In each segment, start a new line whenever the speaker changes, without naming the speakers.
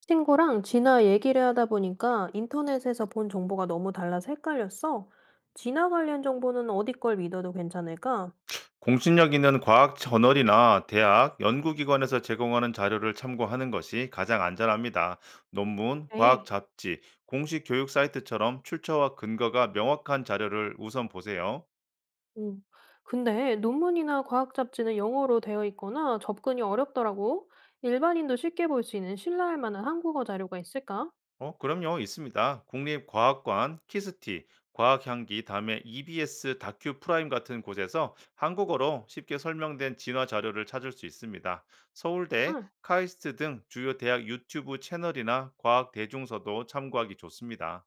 친구랑 진화 얘기를 하다 보니까 인터넷에서 본 정보가 너무 달라서 헷갈렸어. 진화 관련 정보는 어디 걸 믿어도 괜찮을까?
공신력 있는 과학 저널이나 대학, 연구기관에서 제공하는 자료를 참고하는 것이 가장 안전합니다. 논문, 과학
에
잡지, 공식 교육 사이트처럼 출처와 근거가 명확한 자료를 우선 보세요.
음. 근데 논문이나 과학 잡지는 영어로 되어 있거나 접근이 어렵더라고. 일반인도 쉽게 볼 수 있는 신뢰할 만한 한국어 자료가 있을까?
그럼요, 있습니다. 국립과학관, 키스티, 과학향기, 다음에 EBS 다큐 프라임 같은 곳에서 한국어로 쉽게 설명된 진화 자료를 찾을 수 있습니다. 서울대,
응.
카이스트 등 주요 대학 유튜브 채널이나 과학 대중서도 참고하기 좋습니다.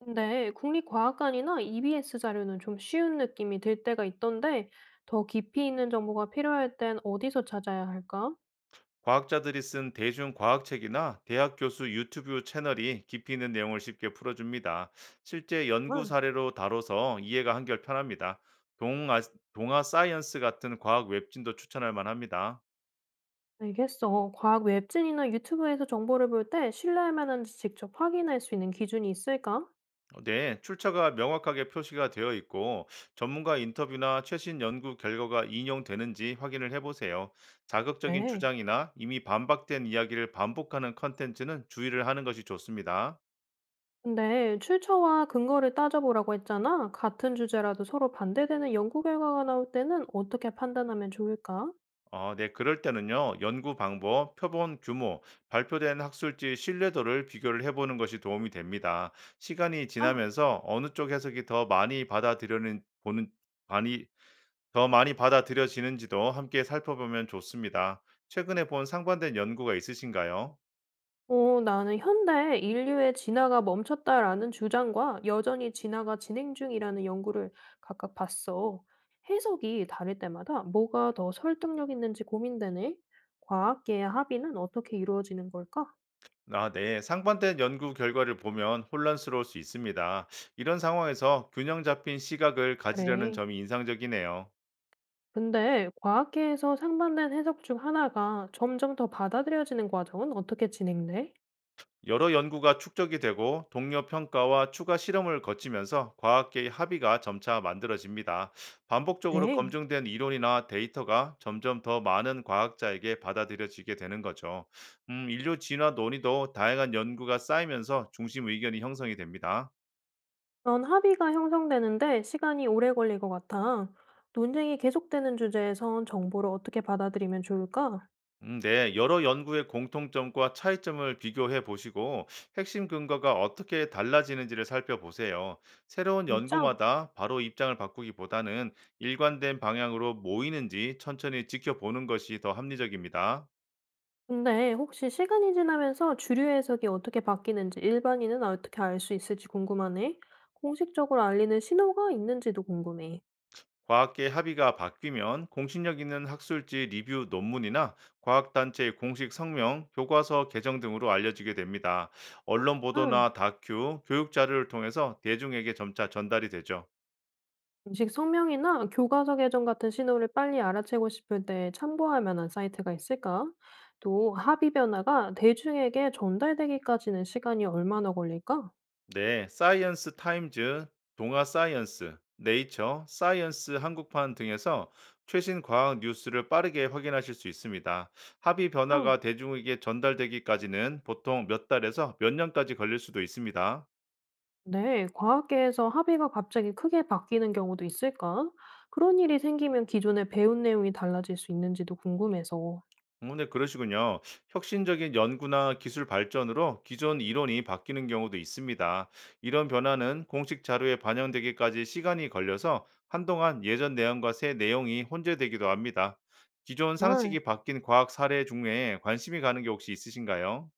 근데 국립과학관이나 EBS 자료는 좀 쉬운 느낌이 들 때가 있던데 더 깊이 있는 정보가 필요할 땐 어디서 찾아야 할까?
과학자들이 쓴 대중과학책이나 대학 교수 유튜브 채널이 깊이 있는 내용을 쉽게 풀어줍니다. 실제 연구 사례로 다뤄서 이해가 한결 편합니다. 동아, 동아 사이언스 같은 과학 웹진도 추천할 만합니다.
알겠어. 과학 웹진이나 유튜브에서 정보를 볼 때 신뢰할 만한지 직접 확인할 수 있는 기준이 있을까?
네, 출처가 명확하게 표시가 되어 있고 전문가 인터뷰나 최신 연구 결과가 인용되는지 확인을 해보세요. 자극적인
네.
주장이나 이미 반박된 이야기를 반복하는 컨텐츠는 주의를 하는 것이 좋습니다.
근데 출처와 근거를 따져보라고 했잖아. 같은 주제라도 서로 반대되는 연구 결과가 나올 때는 어떻게 판단하면 좋을까?
아, 네, 그럴 때는요, 연구 방법, 표본 규모, 발표된 학술지 신뢰도를 비교를 해보는 것이 도움이 됩니다. 시간이 지나면서 어느 쪽 해석이 더 많이 많이, 더 많이 받아들여지는지도 함께 살펴보면 좋습니다. 최근에 본 상반된 연구가 있으신가요?
어, 나는 현대 인류의 진화가 멈췄다라는 주장과 여전히 진화가 진행 중이라는 연구를 각각 봤어. 해석이 다를 때마다 뭐가 더 설득력 있는지 고민되네. 과학계의 합의는 어떻게 이루어지는 걸까?
아, 네. 상반된 연구 결과를 보면 혼란스러울 수 있습니다. 이런 상황에서 균형 잡힌 시각을 가지려는
그래.
점이 인상적이네요.
근데 과학계에서 상반된 해석 중 하나가 점점 더 받아들여지는 과정은 어떻게 진행돼?
여러 연구가 축적이 되고 동료 평가와 추가 실험을 거치면서 과학계의 합의가 점차 만들어집니다. 반복적으로
네.
검증된 이론이나 데이터가 점점 더 많은 과학자에게 받아들여지게 되는 거죠. 인류 진화 논의도 다양한 연구가 쌓이면서 중심 의견이 형성이 됩니다.
그런 합의가 형성되는데 시간이 오래 걸릴 것 같아. 논쟁이 계속되는 주제에선 정보를 어떻게 받아들이면 좋을까?
네, 여러 연구의 공통점과 차이점을 비교해 보시고 핵심 근거가 어떻게 달라지는지를 살펴보세요. 새로운
진짜?
연구마다 바로 입장을 바꾸기보다는 일관된 방향으로 모이는지 천천히 지켜보는 것이 더 합리적입니다.
근데 혹시 시간이 지나면서 주류 해석이 어떻게 바뀌는지 일반인은 어떻게 알 수 있을지 궁금하네. 공식적으로 알리는 신호가 있는지도 궁금해.
과학계 합의가 바뀌면 공신력 있는 학술지 리뷰 논문이나 과학단체의 공식 성명, 교과서 개정 등으로 알려지게 됩니다. 언론
응,
보도나 다큐, 교육 자료를 통해서 대중에게 점차 전달이 되죠.
공식 성명이나 교과서 개정 같은 신호를 빨리 알아채고 싶을 때 참고할 만한 사이트가 있을까? 또 합의 변화가 대중에게 전달되기까지는 시간이 얼마나 걸릴까?
네, 사이언스 타임즈, 동아 사이언스, 네이처, 사이언스 한국판 등에서 최신 과학 뉴스를 빠르게 확인하실 수 있습니다. 합의
진짜?
변화가 대중에게 전달되기까지는 보통 몇 달에서 몇 년까지 걸릴 수도 있습니다.
네, 과학계에서 합의가 갑자기 크게 바뀌는 경우도 있을까? 그런 일이 생기면 기존에 배운 내용이 달라질 수 있는지도 궁금해서.
네, 그러시군요. 혁신적인 연구나 기술 발전으로 기존 이론이 바뀌는 경우도 있습니다. 이런 변화는 공식 자료에 반영되기까지 시간이 걸려서 한동안 예전 내용과 새 내용이 혼재되기도 합니다. 기존
아,
상식이 바뀐 과학 사례 중에 관심이 가는 게 혹시 있으신가요?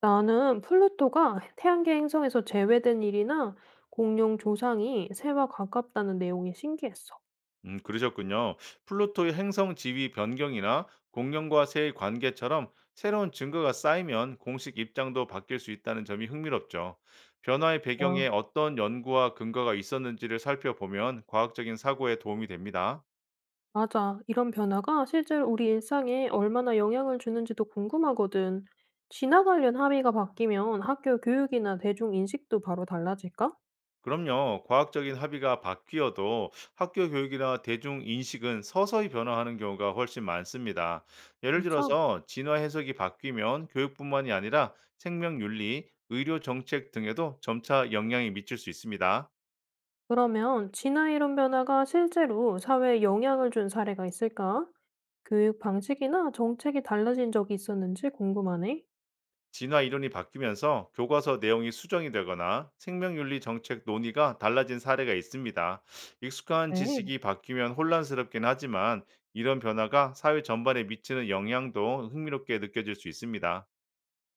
나는 플루토가 태양계 행성에서 제외된 일이나 공룡 조상이 새와 가깝다는 내용이 신기했어.
그러셨군요. 플루토의 행성 지위 변경이나 공룡과 새의 관계처럼 새로운 증거가 쌓이면 공식 입장도 바뀔 수 있다는 점이 흥미롭죠. 변화의 배경에
아,
어떤 연구와 근거가 있었는지를 살펴보면 과학적인 사고에 도움이 됩니다.
맞아. 이런 변화가 실제로 우리 일상에 얼마나 영향을 주는지도 궁금하거든. 진화 관련 합의가 바뀌면 학교 교육이나 대중 인식도 바로 달라질까?
그럼요. 과학적인 합의가 바뀌어도 학교 교육이나 대중 인식은 서서히 변화하는 경우가 훨씬 많습니다. 예를
진짜?
들어서 진화 해석이 바뀌면 교육뿐만이 아니라 생명 윤리, 의료 정책 등에도 점차 영향이 미칠 수 있습니다.
그러면 진화 이론 변화가 실제로 사회에 영향을 준 사례가 있을까? 교육 방식이나 정책이 달라진 적이 있었는지 궁금하네.
진화 이론이 바뀌면서 교과서 내용이 수정이 되거나 생명윤리 정책 논의가 달라진 사례가 있습니다. 익숙한
네.
지식이 바뀌면 혼란스럽긴 하지만 이런 변화가 사회 전반에 미치는 영향도 흥미롭게 느껴질 수 있습니다.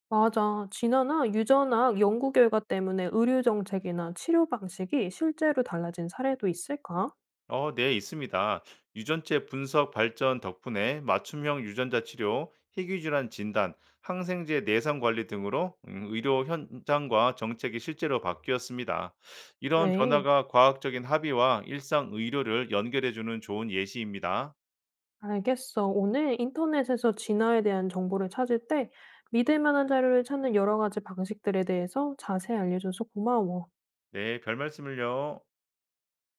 맞아. 진화나 유전학 연구 결과 때문에 의료 정책이나 치료 방식이 실제로 달라진 사례도 있을까?
네, 있습니다. 유전체 분석 발전 덕분에 맞춤형 유전자 치료, 희귀질환 진단, 항생제 내성 관리 등으로 의료 현장과 정책이 실제로 바뀌었습니다. 이런
그래.
변화가 과학적인 합의와 일상 의료를 연결해주는 좋은 예시입니다.
알겠어. 오늘 인터넷에서 진화에 대한 정보를 찾을 때 믿을 만한 자료를 찾는 여러 가지 방식들에 대해서 자세히 알려줘서 고마워.
네, 별 말씀을요.